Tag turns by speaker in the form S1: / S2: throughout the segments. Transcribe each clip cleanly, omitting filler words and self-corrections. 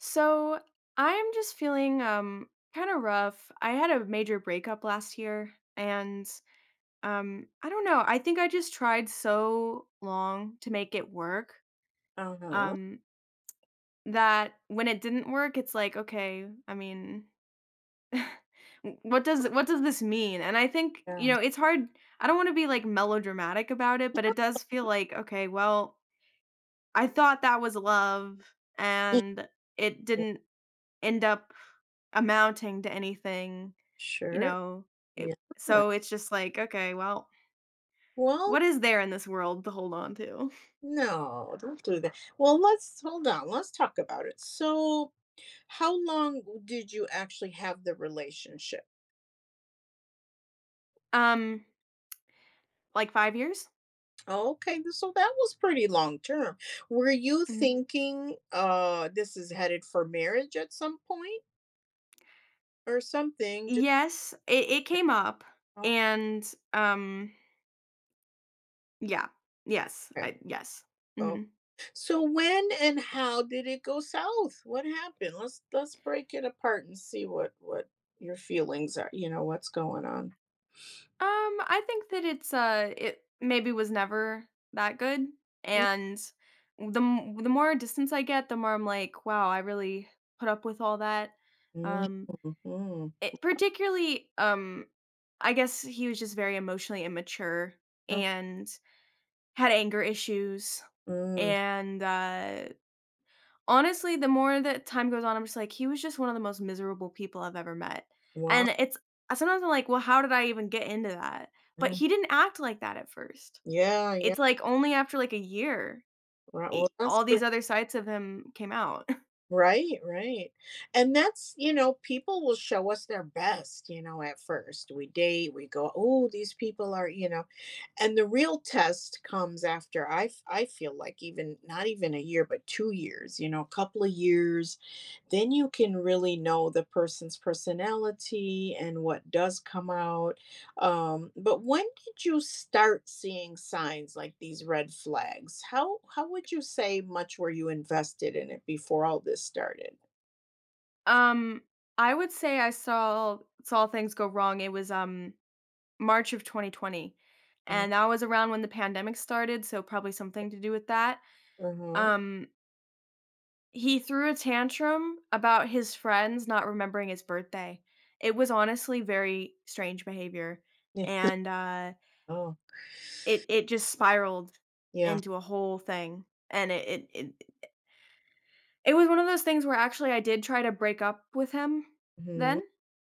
S1: So I'm just feeling kind of rough. I had a major breakup last year, and I don't know. I think I just tried so long to make it work,
S2: Uh-huh.
S1: um that when it didn't work it's like okay, I mean, what does this mean? And I think, you
S2: Yeah.
S1: know, it's hard. I don't want to be like melodramatic about it, but it does feel like okay, well, I thought that was love,
S2: Yeah,
S1: and it didn't end up amounting to anything, you
S2: sure.
S1: know,
S2: Yeah.
S1: it so it's just like, "Okay, well,
S2: Well,
S1: what is there in this world to hold on to?"
S2: no, don't do that. Well, let's hold on. Let's talk about it. So, how long did you actually have the relationship?
S1: Um, like 5 years?
S2: Okay, so that was pretty long term. Were you
S1: Mhm.
S2: thinking this is headed for marriage at some point or something? Just
S1: Yes, it came up,
S2: okay.
S1: and, um yeah. Yes, I yes. Mhm.
S2: Okay. So when and how did it go south? What happened? Let's break it apart and see what your feelings are. You know what's going on.
S1: I think that it's, it maybe was never that good, and the more distance I get, the more I'm like, "Wow, I really put up with all that."
S2: Mm,
S1: Um
S2: mhm.
S1: It particularly, I guess he was just very emotionally immature
S2: Oh,
S1: and had anger issues,
S2: mm,
S1: and, honestly, the more that time goes on, I'm just like, he was just one of the most miserable people I've ever met,
S2: wow.
S1: and sometimes I'm like, "Well, how did I even get into that?" But
S2: Mm.
S1: he didn't act like that at first.
S2: Yeah, yeah.
S1: It's, like, only after, like, a year,
S2: Right. Well, that's
S1: all these
S2: good.
S1: other sides of him came out.
S2: Right, right. And that's, people will show us their best, at first. We date, we go, oh, these people are, and the real test comes after I feel like even not even a year, but 2 years, a couple of years. Then you can really know the person's personality and what does come out, but when did you start seeing signs like these red flags? How would you say much were you invested in it before all this started?
S1: Um, I would say I saw things go wrong. It was, March of 2020,
S2: Mm,
S1: and that was around when the pandemic started, so probably something to do with that.
S2: uh
S1: Um, he threw a tantrum about his friends not remembering his birthday. It was honestly very strange behavior,
S2: yeah.
S1: and,
S2: Oh,
S1: it just spiraled
S2: yeah.
S1: into a whole thing, and it was one of those things where actually I did try to break up with him
S2: Hmm,
S1: then,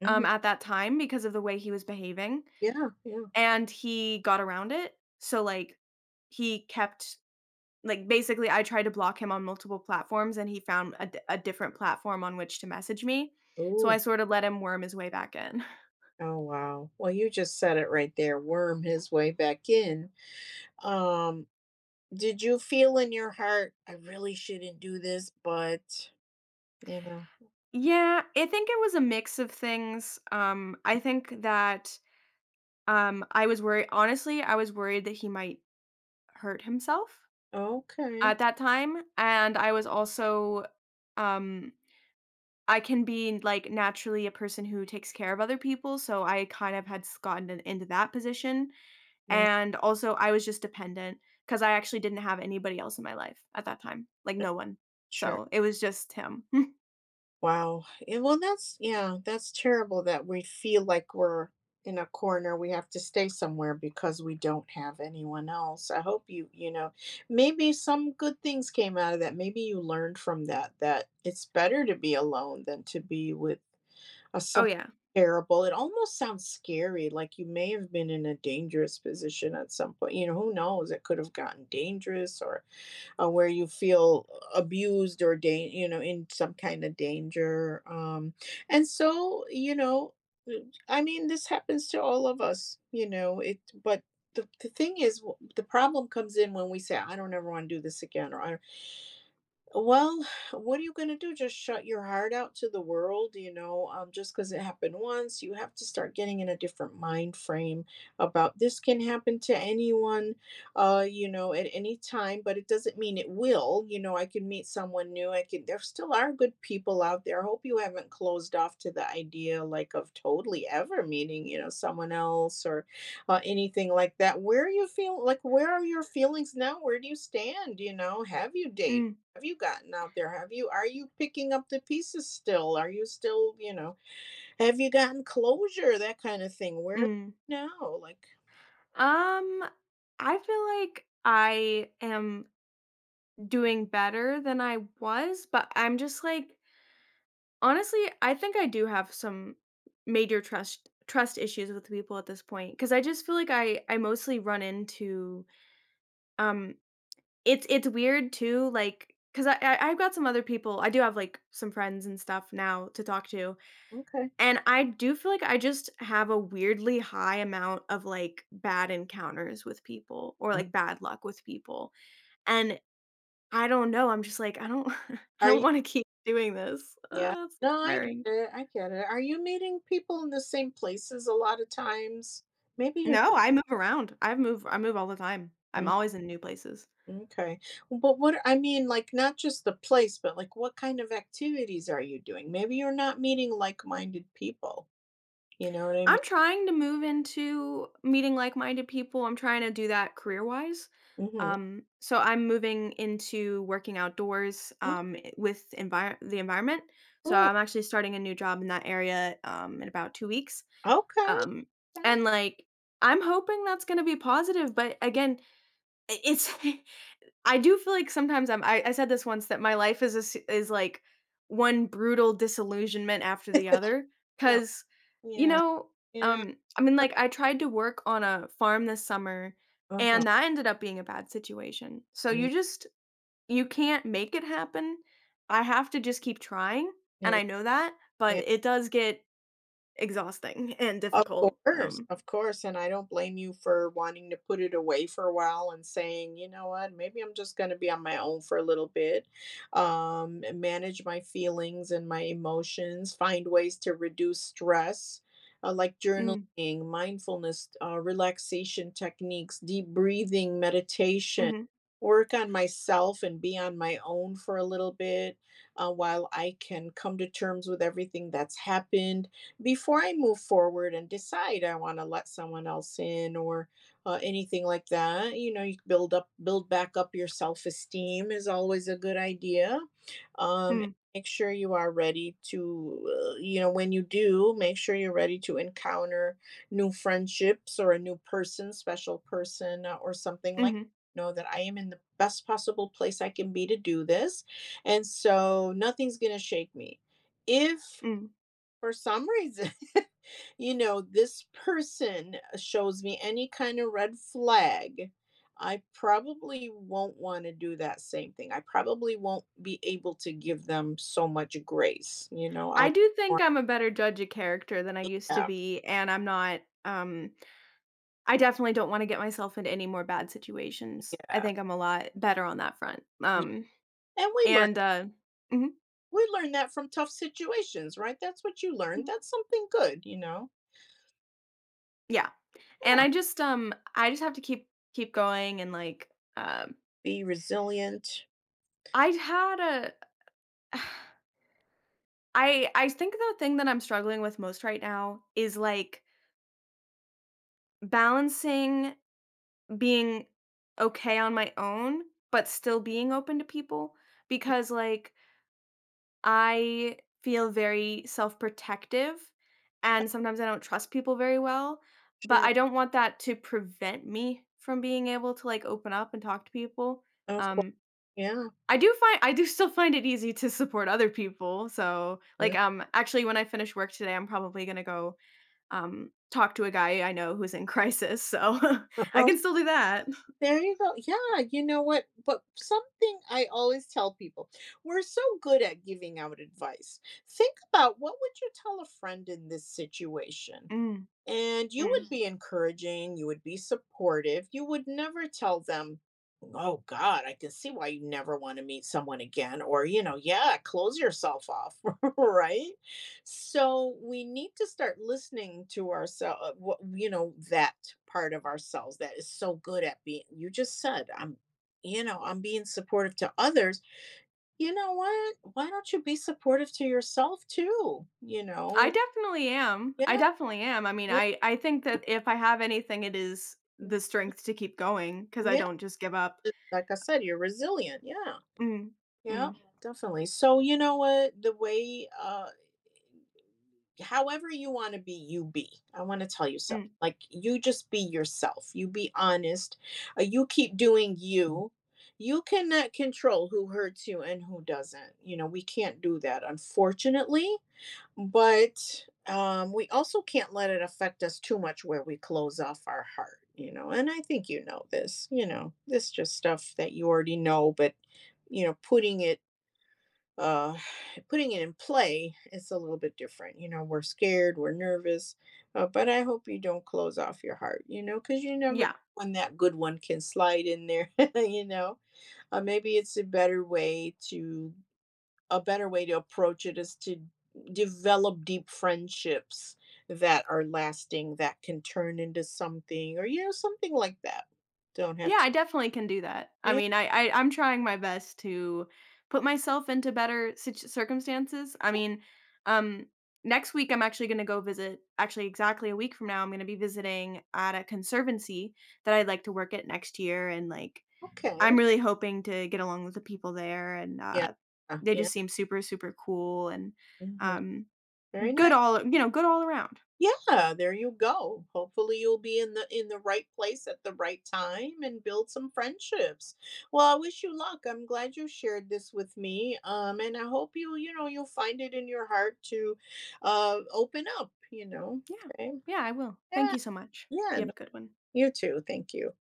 S2: hmm.
S1: at that time because of the way he was behaving.
S2: Yeah, yeah.
S1: And he got around it, so, like, he kept like, basically, I tried to block him on multiple platforms, and he found a different platform on which to message me, so I
S2: Ooh.
S1: sort of let him worm his way back in.
S2: Oh, wow. Well, you just said it right there. Worm his way back in. Um, did you feel in your heart, I really shouldn't do this, but you know,
S1: Yeah, I think it was a mix of things, I think that, I was worried, honestly, I was worried that he might hurt himself
S2: okay.
S1: at that time, and I was also, um I can be, like, naturally a person who takes care of other people, so I kind of had s gotten in into that position,
S2: Yeah,
S1: and also I was just dependent because I actually didn't have anybody else in my life at that time, like, no one.
S2: sure.
S1: So, it was just him.
S2: Wow, and well, that's yeah, that's terrible that we feel like we're in a corner, we have to stay somewhere because we don't have anyone else. I hope you, maybe some good things came out of that, maybe you learned from that, that it's better to be alone than to be with a
S1: Oh,
S2: some
S1: yeah.
S2: terrible, it almost sounds scary, like you may have been in a dangerous position at some point, you know, who knows, it could have gotten dangerous, or where you feel abused or you know, in some kind of danger, and so uh, I mean, this happens to all of us, you know it, but the thing is, the problem comes in when we say, I don't ever want to do this again, or I well, what are you gonna do? Just shut your heart out to the world, you know? Just 'cause it happened once, you have to start getting in a different mind frame about this can happen to anyone, at any time, but it doesn't mean it will. You know, I can meet someone new. I can There still are good people out there. I hope you haven't closed off to the idea like of totally ever meeting, someone else or anything like that. Where are your feelings now? Where do you stand? You know, have you dated?
S1: Mm,
S2: Have you gotten out there? Have you Are you picking up the pieces still? Are you still, have you gotten closure? That kind of thing. Where
S1: mm.
S2: now? Like,
S1: Um, I feel like I am doing better than I was, but I'm just, like, honestly, I think I do have some major trust issues with people at this point because I just feel like I mostly run into, um it's weird too, like 'cause I've got some other people. I do have, like, some friends and stuff now to talk to,
S2: okay.
S1: and I do feel like I just have a weirdly high amount of, like, bad encounters with people or, like, bad luck with people, and I don't know, I'm just like, "I don't I
S2: Are
S1: don't
S2: you
S1: wanna keep doing this."
S2: Yeah.
S1: It's
S2: No, I
S1: tiring.
S2: get it. I get it. Are you meeting people in the same places a lot of times? Maybe you're,
S1: No, I move around. I move all the time. I'm
S2: mm,
S1: always in new places.
S2: okay. But what I mean, like not just the place, but like what kind of activities are you doing? Maybe you're not meeting like-minded people. You know what I mean?
S1: I'm trying to move into meeting like-minded people. I'm trying to do that career-wise.
S2: Mm, mhm.
S1: So I'm moving into working outdoors,
S2: Mm,
S1: with envir the environment. So
S2: cool.
S1: I'm actually starting a new job in that area, in about 2 weeks.
S2: Okay.
S1: Um,
S2: Okay.
S1: and like I'm hoping that's gonna be positive, but again, it's I do feel like sometimes I said this once that my life is a s is like one brutal disillusionment after the other
S2: No.
S1: because you
S2: Yeah,
S1: know
S2: yeah,
S1: I mean like I tried to work on a farm this summer,
S2: uh-huh,
S1: and that ended up being a bad situation. So
S2: mm,
S1: you just you can't make it happen. I have to just keep trying, and I
S2: exactly.
S1: know that, but it does get exhausting and
S2: Of
S1: difficult.
S2: of course, and I don't blame you for wanting to put it away for a while and saying, "You know what? Maybe I'm just gonna be on my own for a little bit, and manage my feelings and my emotions, find ways to reduce stress, like
S1: Mm,
S2: journaling, mindfulness, relaxation techniques, deep breathing, meditation,
S1: mhm,
S2: work on myself and be on my own for a little bit, while I can come to terms with everything that's happened," before I move forward and decide I want to let someone else in or anything like that. You know, you build back up your self esteem is always a good idea. Um,
S1: mm,
S2: Make sure you are ready to, when you do, make sure you're ready to encounter new friendships or a new person, special person, or something like,
S1: mhm,
S2: know that I am in the best possible place I can be to do this. And so nothing's going to shake me. If
S1: mm.
S2: for some reason, you know, this person shows me any kind of red flag, I probably won't want to do that same thing. I probably won't be able to give them so much grace. You know,
S1: I do think
S2: more-
S1: I'm a better judge of character than I used to
S2: yeah.
S1: be, and I'm not, I definitely don't wanna get myself into any more bad situations. I
S2: Yeah,
S1: think I'm a lot better on that front.
S2: yeah. And we learn
S1: And, mhm,
S2: we learn that from tough situations, right? That's what you learn.
S1: mhm,
S2: That's something good, you know.
S1: yeah. And
S2: Yeah.
S1: I just have to keep going and, like, um
S2: Be resilient.
S1: I had a I think the thing that I'm struggling with most right now is, like, balancing being okay on my own, but still being open to people because, like, I feel very self-protective, and sometimes I don't trust people very well, but
S2: Sure.
S1: I don't want that to prevent me from being able to, like, open up and talk to people.
S2: Of course.
S1: Um,
S2: Yeah.
S1: I do find I do still find it easy to support other people, so, like,
S2: Mhm.
S1: actually, when I finish work today, I'm probably gonna go, talk to a guy I know who's in crisis, so I can still do that.
S2: There you go. Yeah, you know what? But something I always tell people, we're so good at giving out advice. Think about, what would you tell a friend in this situation?
S1: Mm,
S2: And you
S1: mm.
S2: would be encouraging, you would be supportive. You would never tell them, oh God, I can see why you never want to meet someone again. Or, yeah, close yourself off. Right. So we need to start listening to ourselves, you know, that part of ourselves that is so good at being, you just said, I'm being supportive to others. You know what? Why don't you be supportive to yourself too? You
S1: I
S2: know,
S1: definitely am. I
S2: yeah.
S1: definitely am. I mean,
S2: Yeah,
S1: I think that if I have anything, it is the strength to keep going because I
S2: yeah,
S1: don't just give up.
S2: like I said, you're resilient. Yeah.
S1: Mm,
S2: Yeah,
S1: mm,
S2: definitely. So you know what? The way However you want to be, you be. I want to tell you
S1: mm.
S2: something. Like, you just be yourself. You be honest. You keep doing you. You cannot control who hurts you and who doesn't. You know, we can't do that, unfortunately. But, we also can't let it affect us too much where we close off our heart, you know, and I think you know, this just stuff that you already know, but, you know, uh, putting it in play is a little bit different. You know, we're scared, we're nervous, but I hope you don't close off your heart, you know, because you never know
S1: Yeah,
S2: when that good one can slide in there, you know. Maybe it's a better way to approach it is to develop deep friendships that are lasting, that can turn into something or, you know, something like that. Don't have
S1: yeah,
S2: to.
S1: I definitely can do that. I
S2: Yeah,
S1: mean, I'm trying my best to put myself into better circumstances. I mean, um, next week I'm actually going to go visit. Actually, exactly a week from now, I'm going to be visiting at a conservancy that I'd like to work at next year, and like
S2: okay.
S1: I'm really hoping to get along with the people there, and,
S2: Yeah.
S1: they
S2: Yeah.
S1: just seem super, super cool and,
S2: Mhm.
S1: um,
S2: Very nice.
S1: good all around.
S2: Yeah, there you go. Hopefully you'll be in the right place at the right time and build some friendships. Well, I wish you luck. I'm glad you shared this with me. And I hope you, you'll find it in your heart to open up, you know.
S1: Yeah.
S2: Okay.
S1: Yeah, I will. Thank
S2: Yeah,
S1: you so much.
S2: yeah,
S1: You have
S2: no,
S1: a good one.
S2: you too, thank you.